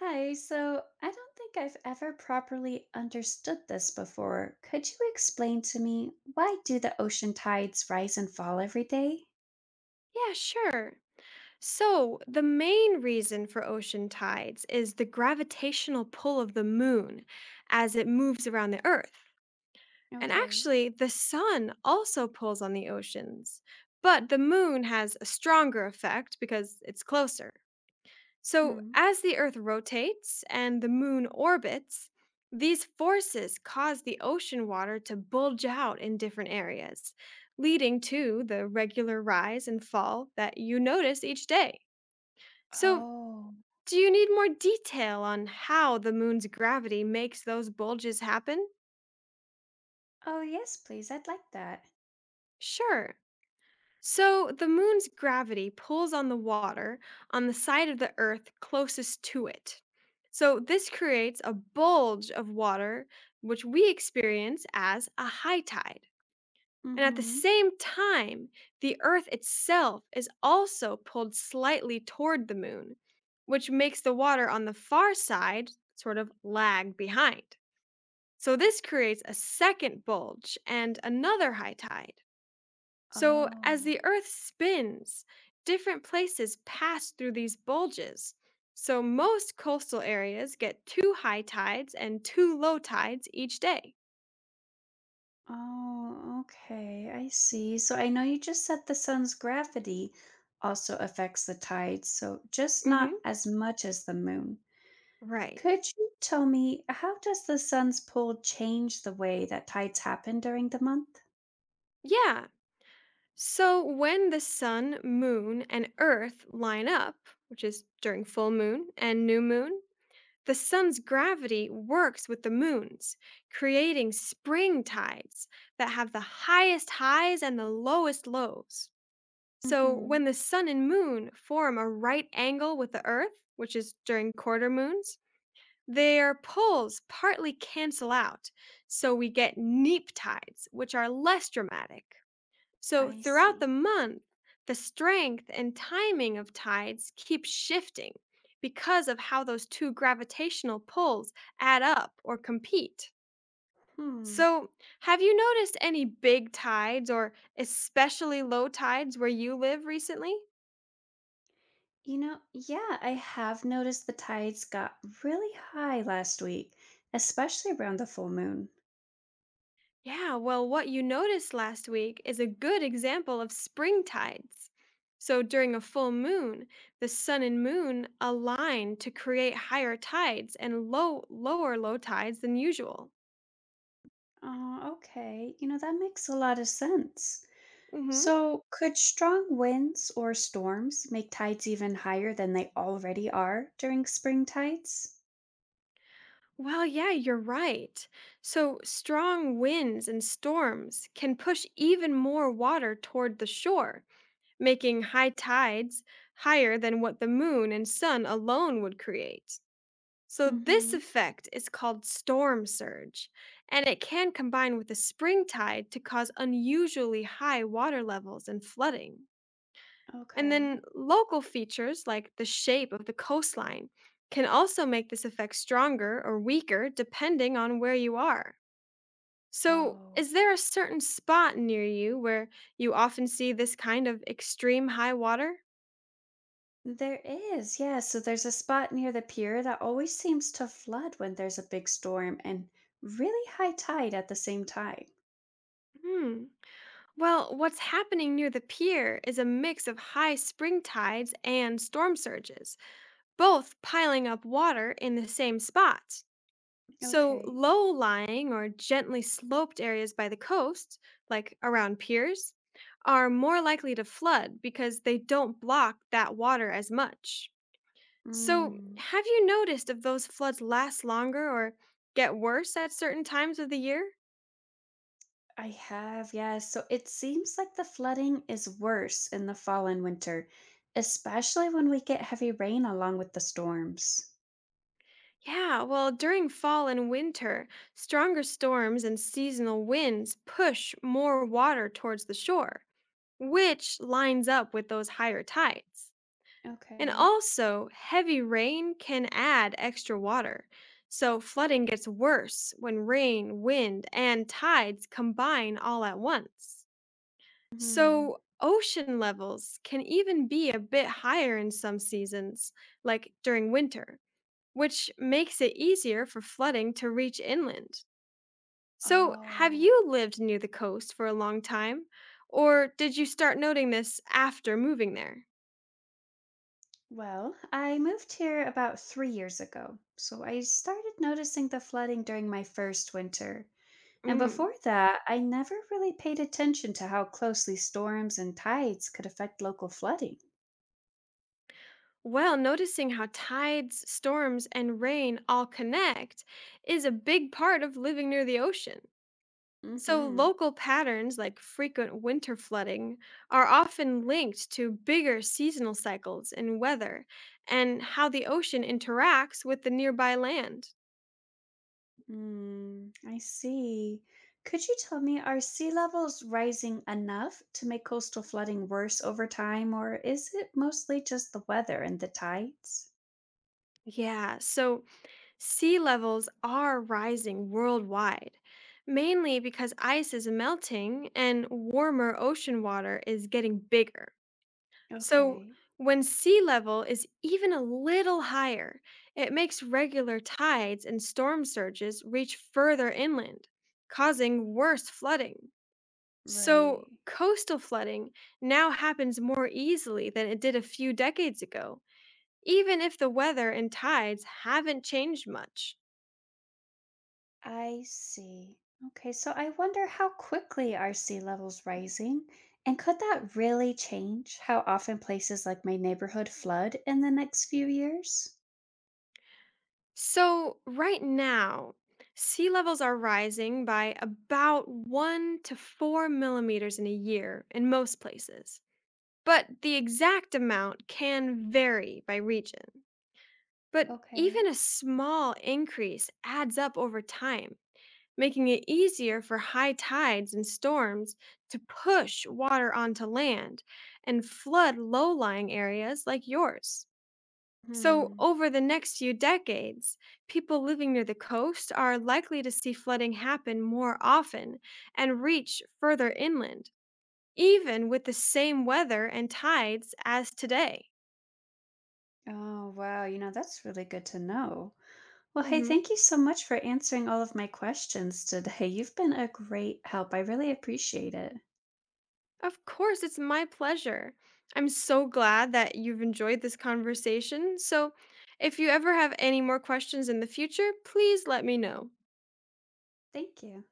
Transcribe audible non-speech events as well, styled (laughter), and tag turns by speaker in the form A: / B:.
A: Hi, so I don't think I've ever properly understood this before. Could you explain to me why do the ocean tides rise and fall every day?
B: Yeah, sure. So, the main reason for ocean tides is the gravitational pull of the moon as it moves around the earth. And
A: Okay.
B: actually, the sun also pulls on the oceans, but the moon has a stronger effect because it's closer. So,
A: Hmm.
B: as the Earth rotates and the moon orbits, these forces cause the ocean water to bulge out in different areas, leading to the regular rise and fall that you notice each day. So,
A: Oh.
B: do you need more detail on how the moon's gravity makes those bulges happen?
A: Oh, yes, please. I'd like that.
B: Sure. So, the moon's gravity pulls on the water on the side of the Earth closest to it. So, this creates a bulge of water, which we experience as a high tide. And at the
A: Mm-hmm.
B: same time, the Earth itself is also pulled slightly toward the moon, which makes the water on the far side sort of lag behind. So, this creates a second bulge and another high tide. So, as
A: Oh.
B: the Earth spins, different places pass through these bulges. So, most coastal areas get two high tides and two low tides each day.
A: Oh, okay. I see. So I know you just said the sun's gravity also affects the tides, so just not
B: Hmm.
A: as much as the moon.
B: Right.
A: Could you tell me how does the sun's pull change the way that tides happen during the month?
B: Yeah. So, when the sun, moon, and Earth line up, which is during full moon and new moon, the sun's gravity works with the moon's, creating spring tides that have the highest highs and the lowest lows. So,
A: Mhm.
B: when the sun and moon form a right angle with the earth, which is during quarter moons, their poles partly cancel out. So, we get neap tides, which are less dramatic. So,
A: I
B: throughout
A: see.
B: the month, the strength and timing of tides keep shifting because of how those two gravitational poles add up or compete.
A: Hmm.
B: So, have you noticed any big tides or especially low tides where you live recently?
A: You know, yeah, I have noticed the tides got really high last week, especially around the full moon.
B: Yeah, well, what you noticed last week is a good example of spring tides. So during a full moon, the sun and moon align to create higher tides and low lower low tides than usual.
A: Oh, okay. You know, that makes a lot of sense.
B: Hmm.
A: So, could strong winds or storms make tides even higher than they already are during spring tides?
B: Well, yeah, you're right. So strong winds and storms can push even more water toward the shore, making high tides higher than what the moon and sun alone would create. So, this
A: Mm-hmm.
B: effect is called storm surge, and it can combine with a spring tide to cause unusually high water levels and flooding. And
A: Okay.
B: then, local features like the shape of the coastline can also make this effect stronger or weaker depending on where you are. So,
A: Oh.
B: is there a certain spot near you where you often see this kind of extreme high water?
A: There is, yeah. So there's a spot near the pier that always seems to flood when there's a big storm and really high tide at the same time.
B: Hmm. Well, what's happening near the pier is a mix of high spring tides and storm surges, both piling up water in the same spot. So,
A: Okay.
B: low lying or gently sloped areas by the coast, like around piers, are more likely to flood because they don't block that water as much. So,
A: Mm,
B: have you noticed if those floods last longer or get worse at certain times of the year?
A: I have, yes. So it seems like the flooding is worse in the fall and winter, especially when we get heavy rain along with the storms.
B: Yeah, well, during fall and winter, stronger storms and seasonal winds push more water towards the shore, which lines up with those higher tides. And
A: Okay.
B: also, heavy rain can add extra water. So, flooding gets worse when rain, wind, and tides combine all at once.
A: Hmm.
B: So, ocean levels can even be a bit higher in some seasons, like during winter, which makes it easier for flooding to reach inland. So, have
A: Oh.
B: you lived near the coast for a long time, or did you start noting this after moving there?
A: Well, I moved here about 3 years ago, so I started noticing the flooding during my first winter. And before
B: Mm.
A: that, I never really paid attention to how closely storms and tides could affect local flooding.
B: Well, noticing how tides, storms, and rain all connect is a big part of living near the ocean.
A: Mm
B: So,
A: hmm.
B: local patterns like frequent winter flooding are often linked to bigger seasonal cycles in weather and how the ocean interacts with the nearby land.
A: Mm, I see. Could you tell me, are sea levels rising enough to make coastal flooding worse over time, or is it mostly just the weather and the tides?
B: Yeah, so sea levels are rising worldwide, mainly because ice is melting and warmer ocean water is getting bigger. So,
A: Okay,
B: when sea level is even a little higher, it makes regular tides and storm surges reach further inland, causing worse flooding. So,
A: right.
B: coastal flooding now happens more easily than it did a few decades ago, even if the weather and tides haven't changed much.
A: I see. Okay, so I wonder how quickly are sea levels rising, and could that really change how often places like my neighborhood flood in the next few years?
B: So, right now, sea levels are rising by about 1 to 4 millimeters in a year in most places, but the exact amount can vary by region. But
A: Okay.
B: even a small increase adds up over time, making it easier for high tides and storms to push water onto land and flood low lying areas like yours. So,
A: Hmm.
B: over the next few decades, people living near the coast are likely to see flooding happen more often and reach further inland, even with the same weather and tides as today.
A: Oh, wow. You know, that's really good to know. Well, hey,
B: Mhm.
A: thank you so much for answering all of my questions today. (laughs) You've been a great help. I really appreciate it.
B: Of course, it's my pleasure. I'm so glad that you've enjoyed this conversation. So, if you ever have any more questions in the future, please let me know.
A: Thank you.